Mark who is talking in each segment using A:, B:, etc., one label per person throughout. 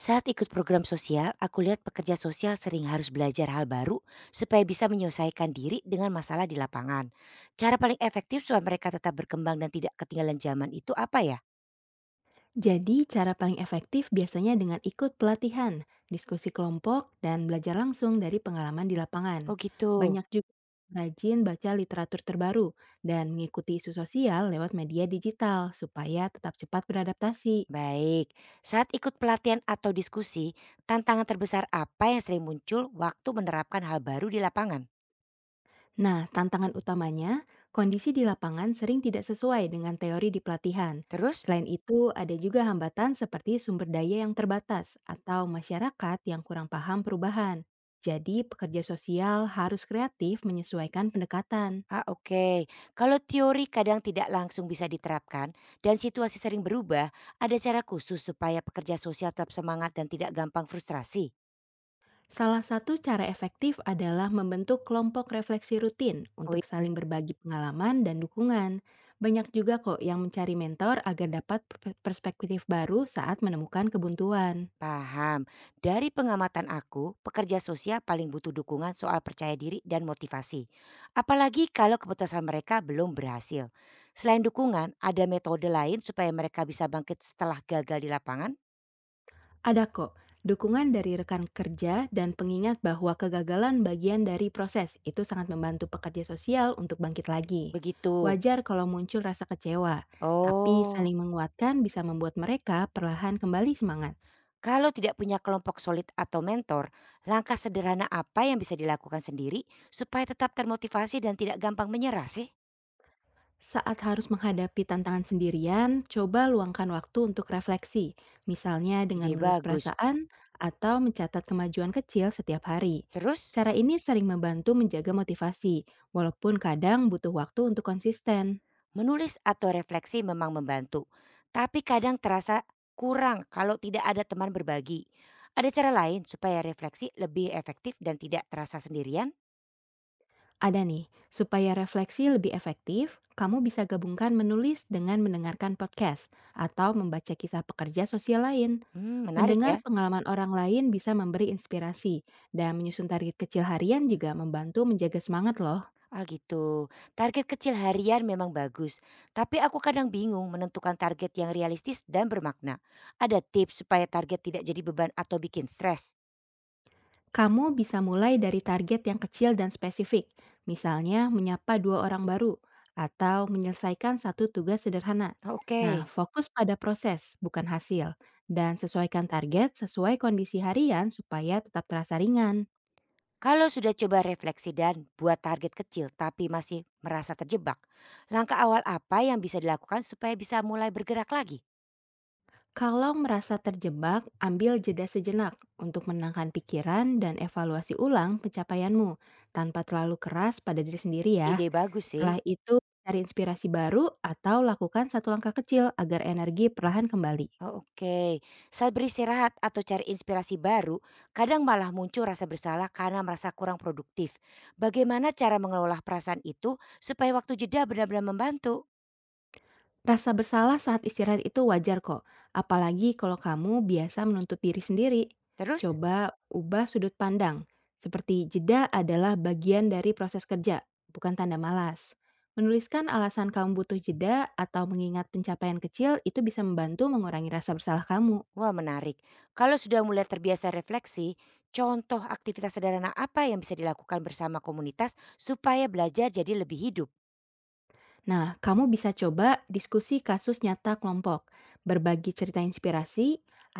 A: Saat ikut program sosial, aku lihat pekerja sosial sering harus belajar hal baru supaya bisa menyelesaikan diri dengan masalah di lapangan. Cara paling efektif supaya mereka tetap berkembang dan tidak ketinggalan zaman itu apa ya?
B: Jadi, cara paling efektif biasanya dengan ikut pelatihan, diskusi kelompok, dan belajar langsung dari pengalaman di lapangan.
A: Oh gitu.
B: Banyak juga yang rajin baca literatur terbaru dan mengikuti isu sosial lewat media digital supaya tetap cepat beradaptasi.
A: Baik, saat ikut pelatihan atau diskusi, tantangan terbesar apa yang sering muncul waktu menerapkan hal baru di lapangan?
B: Nah, tantangan utamanya, kondisi di lapangan sering tidak sesuai dengan teori di pelatihan.
A: Terus?
B: Selain itu, ada juga hambatan seperti sumber daya yang terbatas atau masyarakat yang kurang paham perubahan. Jadi, pekerja sosial harus kreatif menyesuaikan pendekatan.
A: Ah, oke. Kalau teori kadang tidak langsung bisa diterapkan dan situasi sering berubah, ada cara khusus supaya pekerja sosial tetap semangat dan tidak gampang frustrasi?
B: Salah satu cara efektif adalah membentuk kelompok refleksi rutin
A: Oh iya,
B: untuk saling berbagi pengalaman dan dukungan. Banyak juga kok yang mencari mentor agar dapat perspektif baru saat menemukan kebuntuan.
A: paham. Dari pengamatan aku, pekerja sosial paling butuh dukungan soal percaya diri dan motivasi. Apalagi kalau keputusan mereka belum berhasil. Selain dukungan, ada metode lain supaya mereka bisa bangkit setelah gagal di lapangan?
B: Ada kok, dukungan dari rekan kerja dan pengingat bahwa kegagalan bagian dari proses itu sangat membantu pekerja sosial untuk bangkit lagi.
A: Begitu.
B: Wajar kalau muncul rasa kecewa, tapi
A: Oh.
B: saling menguatkan bisa membuat mereka perlahan kembali semangat.
A: Kalau tidak punya kelompok solid atau mentor, langkah sederhana apa yang bisa dilakukan sendiri supaya tetap termotivasi dan tidak gampang menyerah sih?
B: Saat harus menghadapi tantangan sendirian, coba luangkan waktu untuk refleksi, misalnya dengan
A: Ide
B: menulis
A: bagus.
B: perasaan atau mencatat kemajuan kecil setiap hari.
A: Terus,
B: Cara ini sering membantu menjaga motivasi, walaupun kadang butuh waktu untuk konsisten.
A: menulis atau refleksi memang membantu, tapi kadang terasa kurang kalau tidak ada teman berbagi. Ada cara lain supaya refleksi lebih efektif dan tidak terasa sendirian?
B: Ada nih, supaya refleksi lebih efektif, kamu bisa gabungkan menulis dengan mendengarkan podcast atau membaca kisah pekerja sosial lain.
A: Menarik
B: Mendengar
A: ya.
B: pengalaman orang lain bisa memberi inspirasi, dan menyusun target kecil harian juga membantu menjaga semangat loh.
A: Ah gitu. Target kecil harian memang bagus, tapi aku kadang bingung menentukan target yang realistis dan bermakna. Ada tips supaya target tidak jadi beban atau bikin stres?
B: Kamu bisa mulai dari target yang kecil dan spesifik, misalnya menyapa dua orang baru atau menyelesaikan satu tugas sederhana. Nah,
A: Oke.
B: fokus pada proses, bukan hasil, dan sesuaikan target sesuai kondisi harian supaya tetap terasa ringan.
A: Kalau sudah coba refleksi dan buat target kecil tapi masih merasa terjebak, langkah awal apa yang bisa dilakukan supaya bisa mulai bergerak lagi?
B: Kalau merasa terjebak, ambil jeda sejenak untuk menenangkan pikiran dan evaluasi ulang pencapaianmu tanpa terlalu keras pada diri sendiri ya.
A: Ide bagus sih.
B: Setelah itu, cari inspirasi baru atau lakukan satu langkah kecil agar energi perlahan kembali.
A: Oh, oke. Saat beristirahat atau cari inspirasi baru, kadang malah muncul rasa bersalah karena merasa kurang produktif. Bagaimana cara mengelola perasaan itu supaya waktu jeda benar-benar membantu?
B: Rasa bersalah saat istirahat itu wajar kok, apalagi kalau kamu biasa menuntut diri sendiri.
A: Terus,
B: Coba ubah sudut pandang, seperti jeda adalah bagian dari proses kerja, bukan tanda malas. Menuliskan alasan kamu butuh jeda atau mengingat pencapaian kecil itu bisa membantu mengurangi rasa bersalah kamu.
A: wah menarik. Kalau sudah mulai terbiasa refleksi, contoh aktivitas sederhana apa yang bisa dilakukan bersama komunitas supaya belajar jadi lebih hidup?
B: Nah, kamu bisa coba diskusi kasus nyata kelompok, berbagi cerita inspirasi,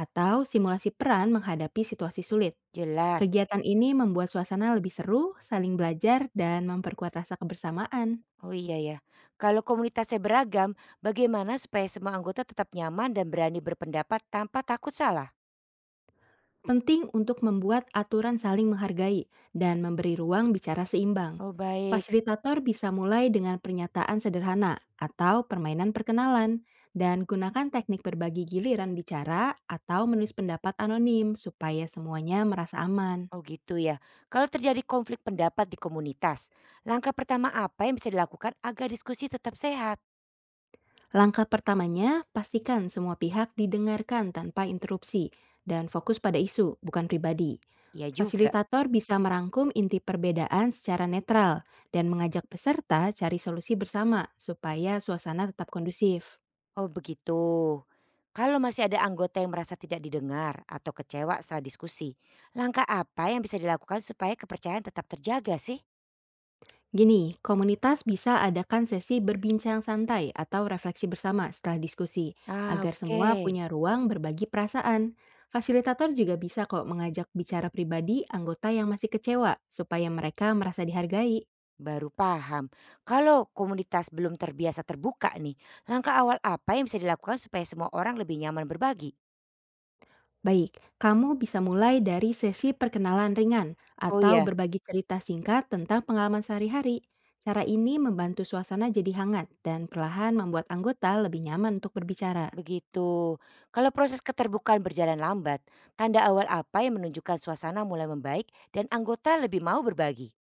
B: atau simulasi peran menghadapi situasi sulit.
A: Jelas.
B: Kegiatan ini membuat suasana lebih seru, saling belajar, dan memperkuat rasa kebersamaan.
A: Oh iya ya. Kalau komunitasnya beragam, bagaimana supaya semua anggota tetap nyaman dan berani berpendapat tanpa takut salah?
B: Penting untuk membuat aturan saling menghargai dan memberi ruang bicara seimbang.
A: Oh baik.
B: Fasilitator bisa mulai dengan pernyataan sederhana atau permainan perkenalan, dan gunakan teknik berbagi giliran bicara atau menulis pendapat anonim supaya semuanya merasa aman.
A: Oh gitu ya. Kalau terjadi konflik pendapat di komunitas, langkah pertama apa yang bisa dilakukan agar diskusi tetap sehat?
B: Langkah pertamanya, pastikan semua pihak didengarkan tanpa interupsi dan fokus pada isu, bukan pribadi.
A: Ya juga.
B: Fasilitator bisa merangkum inti perbedaan secara netral dan mengajak peserta cari solusi bersama supaya suasana tetap kondusif.
A: Oh begitu. Kalau masih ada anggota yang merasa tidak didengar atau kecewa setelah diskusi, langkah apa yang bisa dilakukan supaya kepercayaan tetap terjaga sih?
B: Gini, komunitas bisa adakan sesi berbincang santai atau refleksi bersama setelah diskusi,
A: Ah
B: agar
A: oke,
B: semua punya ruang berbagi perasaan. Fasilitator juga bisa kok mengajak bicara pribadi anggota yang masih kecewa, supaya mereka merasa dihargai.
A: baru paham. Kalau komunitas belum terbiasa terbuka nih, langkah awal apa yang bisa dilakukan supaya semua orang lebih nyaman berbagi?
B: Baik, kamu bisa mulai dari sesi perkenalan ringan
A: Oh
B: atau
A: iya.
B: berbagi cerita singkat tentang pengalaman sehari-hari. Cara ini membantu suasana jadi hangat dan perlahan membuat anggota lebih nyaman untuk berbicara.
A: Begitu. Kalau proses keterbukaan berjalan lambat, tanda awal apa yang menunjukkan suasana mulai membaik dan anggota lebih mau berbagi?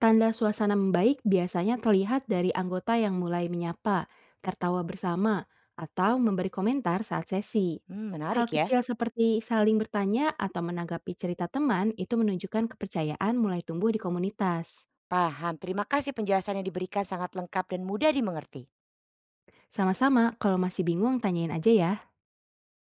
B: Tanda suasana membaik biasanya terlihat dari anggota yang mulai menyapa, tertawa bersama, atau memberi komentar saat sesi. Hal
A: Menarik ya.
B: kecil seperti saling bertanya atau menanggapi cerita teman itu menunjukkan kepercayaan mulai tumbuh di komunitas.
A: Paham. Terima kasih penjelasan yang diberikan sangat lengkap dan mudah dimengerti.
B: Sama-sama, kalau masih bingung tanyain aja ya.